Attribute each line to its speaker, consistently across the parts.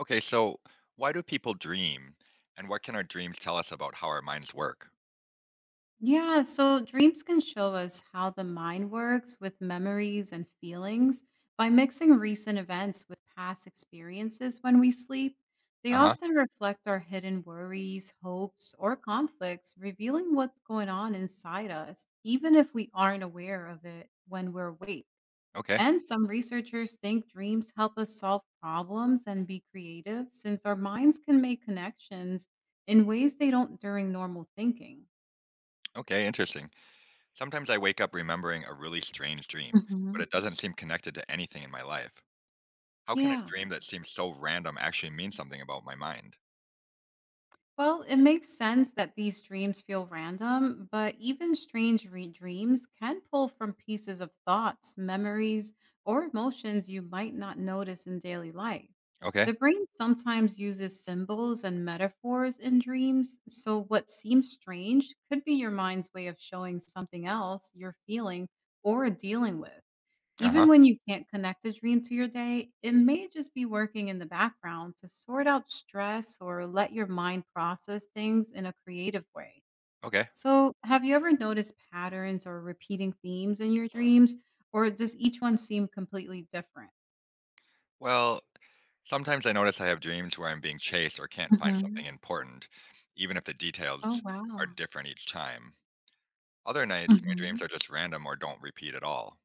Speaker 1: Okay, so why do people dream? And what can our dreams tell us about how our minds work?
Speaker 2: Yeah, so dreams can show us how the mind works with memories and feelings by mixing recent events with past experiences when we sleep. They
Speaker 1: Uh
Speaker 2: often
Speaker 1: huh.
Speaker 2: reflect our hidden worries, hopes, or conflicts, revealing what's going on inside us, even if we aren't aware of it when we're awake.
Speaker 1: Okay.
Speaker 2: And some researchers think dreams help us solve problems and be creative since our minds can make connections in ways they don't during normal thinking.
Speaker 1: Okay, interesting. Sometimes I wake up remembering a really strange dream, but
Speaker 2: Mhm.
Speaker 1: it doesn't seem connected to anything in my life. How can a
Speaker 2: Yeah.
Speaker 1: dream that seems so random actually mean something about my mind?
Speaker 2: Well, it makes sense that these dreams feel random, but even dreams can pull from pieces of thoughts, memories, or emotions you might not notice in daily life.
Speaker 1: Okay.
Speaker 2: The brain sometimes uses symbols and metaphors in dreams, so what seems strange could be your mind's way of showing something else you're feeling or dealing with.
Speaker 1: Uh
Speaker 2: Even
Speaker 1: huh.
Speaker 2: when you can't connect a dream to your day, it may just be working in the background to sort out stress or let your mind process things in a creative way.
Speaker 1: Okay.
Speaker 2: So, have you ever noticed patterns or repeating themes in your dreams, or does each one seem completely different?
Speaker 1: Well, sometimes I notice I have dreams where I'm being chased or can't find something
Speaker 2: Mhm.
Speaker 1: important, even if the
Speaker 2: Oh,
Speaker 1: details are
Speaker 2: wow.
Speaker 1: different each time. Other nights, my dreams
Speaker 2: Mhm.
Speaker 1: are just random or don't repeat at all.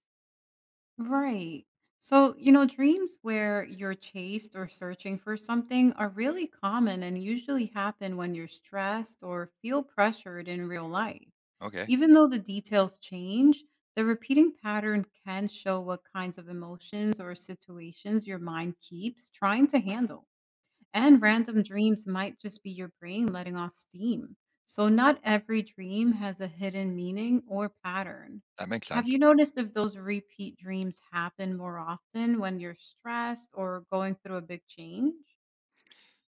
Speaker 2: Right. So, you know, dreams where you're chased or searching for something are really common and usually happen when you're stressed or feel pressured in real life.
Speaker 1: Okay.
Speaker 2: Even though the details change, the repeating pattern can show what kinds of emotions or situations your mind keeps trying to handle. And random dreams might just be your brain letting off steam. So, not every dream has a hidden meaning or pattern.
Speaker 1: That makes
Speaker 2: Have
Speaker 1: sense.
Speaker 2: you noticed if those repeat dreams happen more often when you're stressed or going through a big change?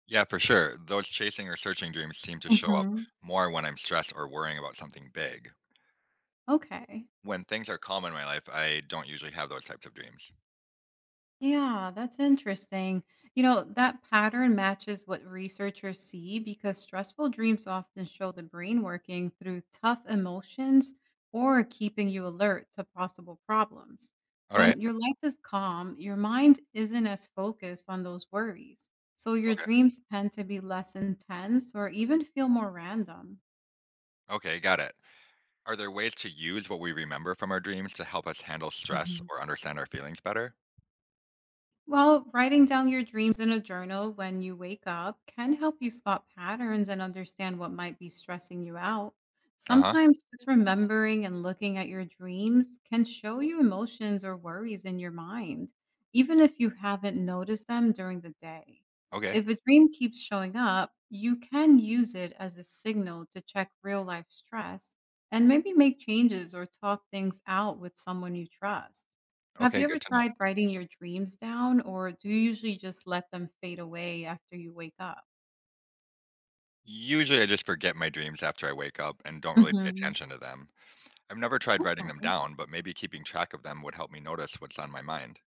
Speaker 1: Yeah, for sure. Those chasing or searching dreams seem to show up
Speaker 2: Hmm.
Speaker 1: more when I'm stressed or worrying about something big.
Speaker 2: Okay.
Speaker 1: When things are calm in my life, I don't usually have those types of dreams.
Speaker 2: Yeah, that's interesting. You know, that pattern matches what researchers see because stressful dreams often show the brain working through tough emotions or keeping you alert to possible problems.
Speaker 1: All right.
Speaker 2: When your life is calm, your mind isn't as focused on those worries. So your
Speaker 1: Okay.
Speaker 2: dreams tend to be less intense or even feel more random.
Speaker 1: Okay, got it. Are there ways to use what we remember from our dreams to help us handle stress or understand our feelings better?
Speaker 2: Well, writing down your dreams in a journal when you wake up can help you spot patterns and understand what might be stressing you out.
Speaker 1: Uh huh.
Speaker 2: Sometimes just remembering and looking at your dreams can show you emotions or worries in your mind, even if you haven't noticed them during the day.
Speaker 1: Okay.
Speaker 2: If a dream keeps showing up, you can use it as a signal to check real life stress and maybe make changes or talk things out with someone you trust. Have
Speaker 1: Okay,
Speaker 2: you ever
Speaker 1: good to know.
Speaker 2: tried writing your dreams down, or do you usually just let them fade away after you wake up?
Speaker 1: Usually I just forget my dreams after I wake up and don't really pay
Speaker 2: Mhm.
Speaker 1: attention to them. I've never tried writing them
Speaker 2: Okay.
Speaker 1: down, but maybe keeping track of them would help me notice what's on my mind.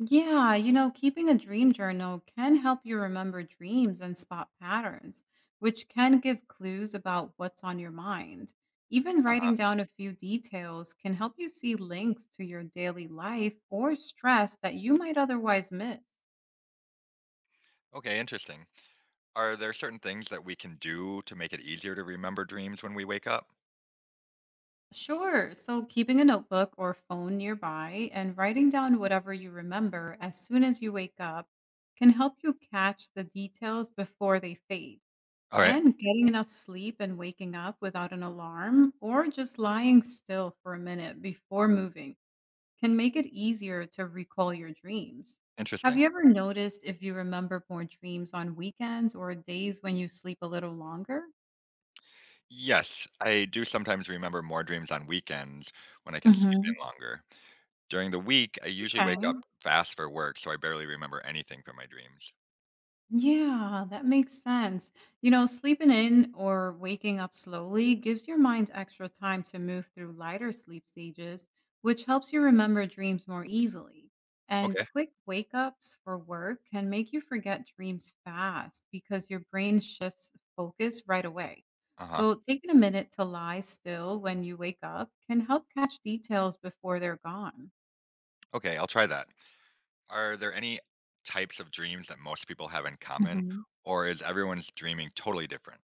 Speaker 2: Yeah, you know, keeping a dream journal can help you remember dreams and spot patterns, which can give clues about what's on your mind. Even
Speaker 1: Uh
Speaker 2: writing
Speaker 1: huh.
Speaker 2: down a few details can help you see links to your daily life or stress that you might otherwise miss.
Speaker 1: Okay, interesting. Are there certain things that we can do to make it easier to remember dreams when we wake up?
Speaker 2: Sure. So, keeping a notebook or phone nearby and writing down whatever you remember as soon as you wake up can help you catch the details before they fade.
Speaker 1: All right,
Speaker 2: And getting enough sleep and waking up without an alarm or just lying still for a minute before moving can make it easier to recall your dreams. Have
Speaker 1: interesting.
Speaker 2: you ever noticed if you remember more dreams on weekends or days when you sleep a little longer?
Speaker 1: Yes, I do sometimes remember more dreams on weekends when I can sleep
Speaker 2: Hmm.
Speaker 1: in longer. During the week, I usually wake up
Speaker 2: Okay.
Speaker 1: fast for work, so I barely remember anything from my dreams.
Speaker 2: Yeah, that makes sense. You know, sleeping in or waking up slowly gives your mind extra time to move through lighter sleep stages, which helps you remember dreams more easily. And
Speaker 1: Okay.
Speaker 2: quick wake ups for work can make you forget dreams fast because your brain shifts focus right away.
Speaker 1: Uh huh.
Speaker 2: So, taking a minute to lie still when you wake up can help catch details before they're gone.
Speaker 1: Okay, I'll try that. Are there any types of dreams that most people have in common, or is everyone's dreaming totally different?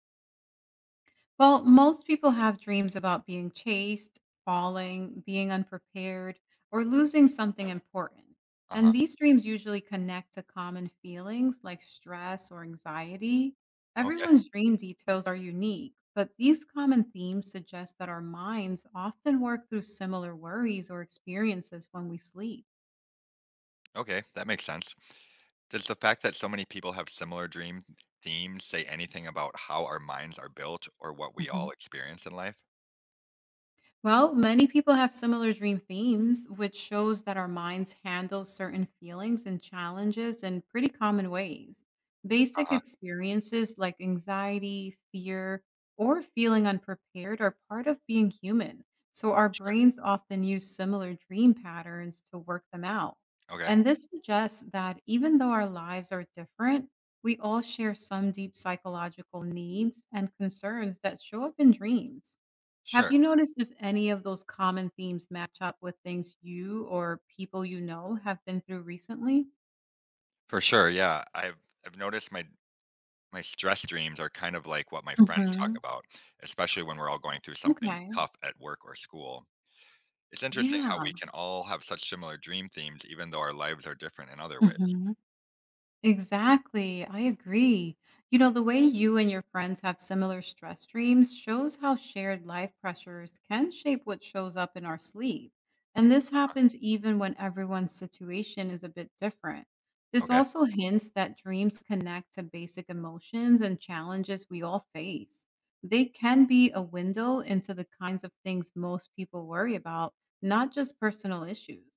Speaker 2: Well, most people have dreams about being chased, falling, being unprepared, or losing something important.
Speaker 1: Uh
Speaker 2: And
Speaker 1: huh.
Speaker 2: these dreams usually connect to common feelings like stress or anxiety.
Speaker 1: Okay.
Speaker 2: Everyone's dream details are unique, but these common themes suggest that our minds often work through similar worries or experiences when we sleep.
Speaker 1: Okay, that makes sense. Does the fact that so many people have similar dream themes say anything about how our minds are built or what we all experience in life?
Speaker 2: Well, many people have similar dream themes, which shows that our minds handle certain feelings and challenges in pretty common ways. Basic
Speaker 1: Uh-huh.
Speaker 2: experiences like anxiety, fear, or feeling unprepared are part of being human. So, our
Speaker 1: Sure.
Speaker 2: brains often use similar dream patterns to work them out.
Speaker 1: Okay.
Speaker 2: And this suggests that even though our lives are different, we all share some deep psychological needs and concerns that show up in dreams. Have
Speaker 1: Sure.
Speaker 2: you noticed if any of those common themes match up with things you or people you know have been through recently?
Speaker 1: For sure. Yeah. I've noticed my stress dreams are kind of like what my friends talk
Speaker 2: Mhm.
Speaker 1: about, especially when we're all going through something
Speaker 2: Okay.
Speaker 1: tough at work or school. It's interesting how
Speaker 2: Yeah.
Speaker 1: we can all have such similar dream themes even though our lives are different in other ways.
Speaker 2: Exactly. I agree. You know, the way you and your friends have similar stress dreams shows how shared life pressures can shape what shows up in our sleep. And this happens even when everyone's situation is a bit different. This
Speaker 1: Okay.
Speaker 2: also hints that dreams connect to basic emotions and challenges we all face. They can be a window into the kinds of things most people worry about, not just personal issues.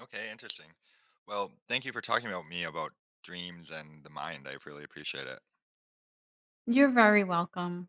Speaker 1: Okay, interesting. Well, thank you for talking about me about dreams and the mind. I really appreciate it.
Speaker 2: You're very welcome.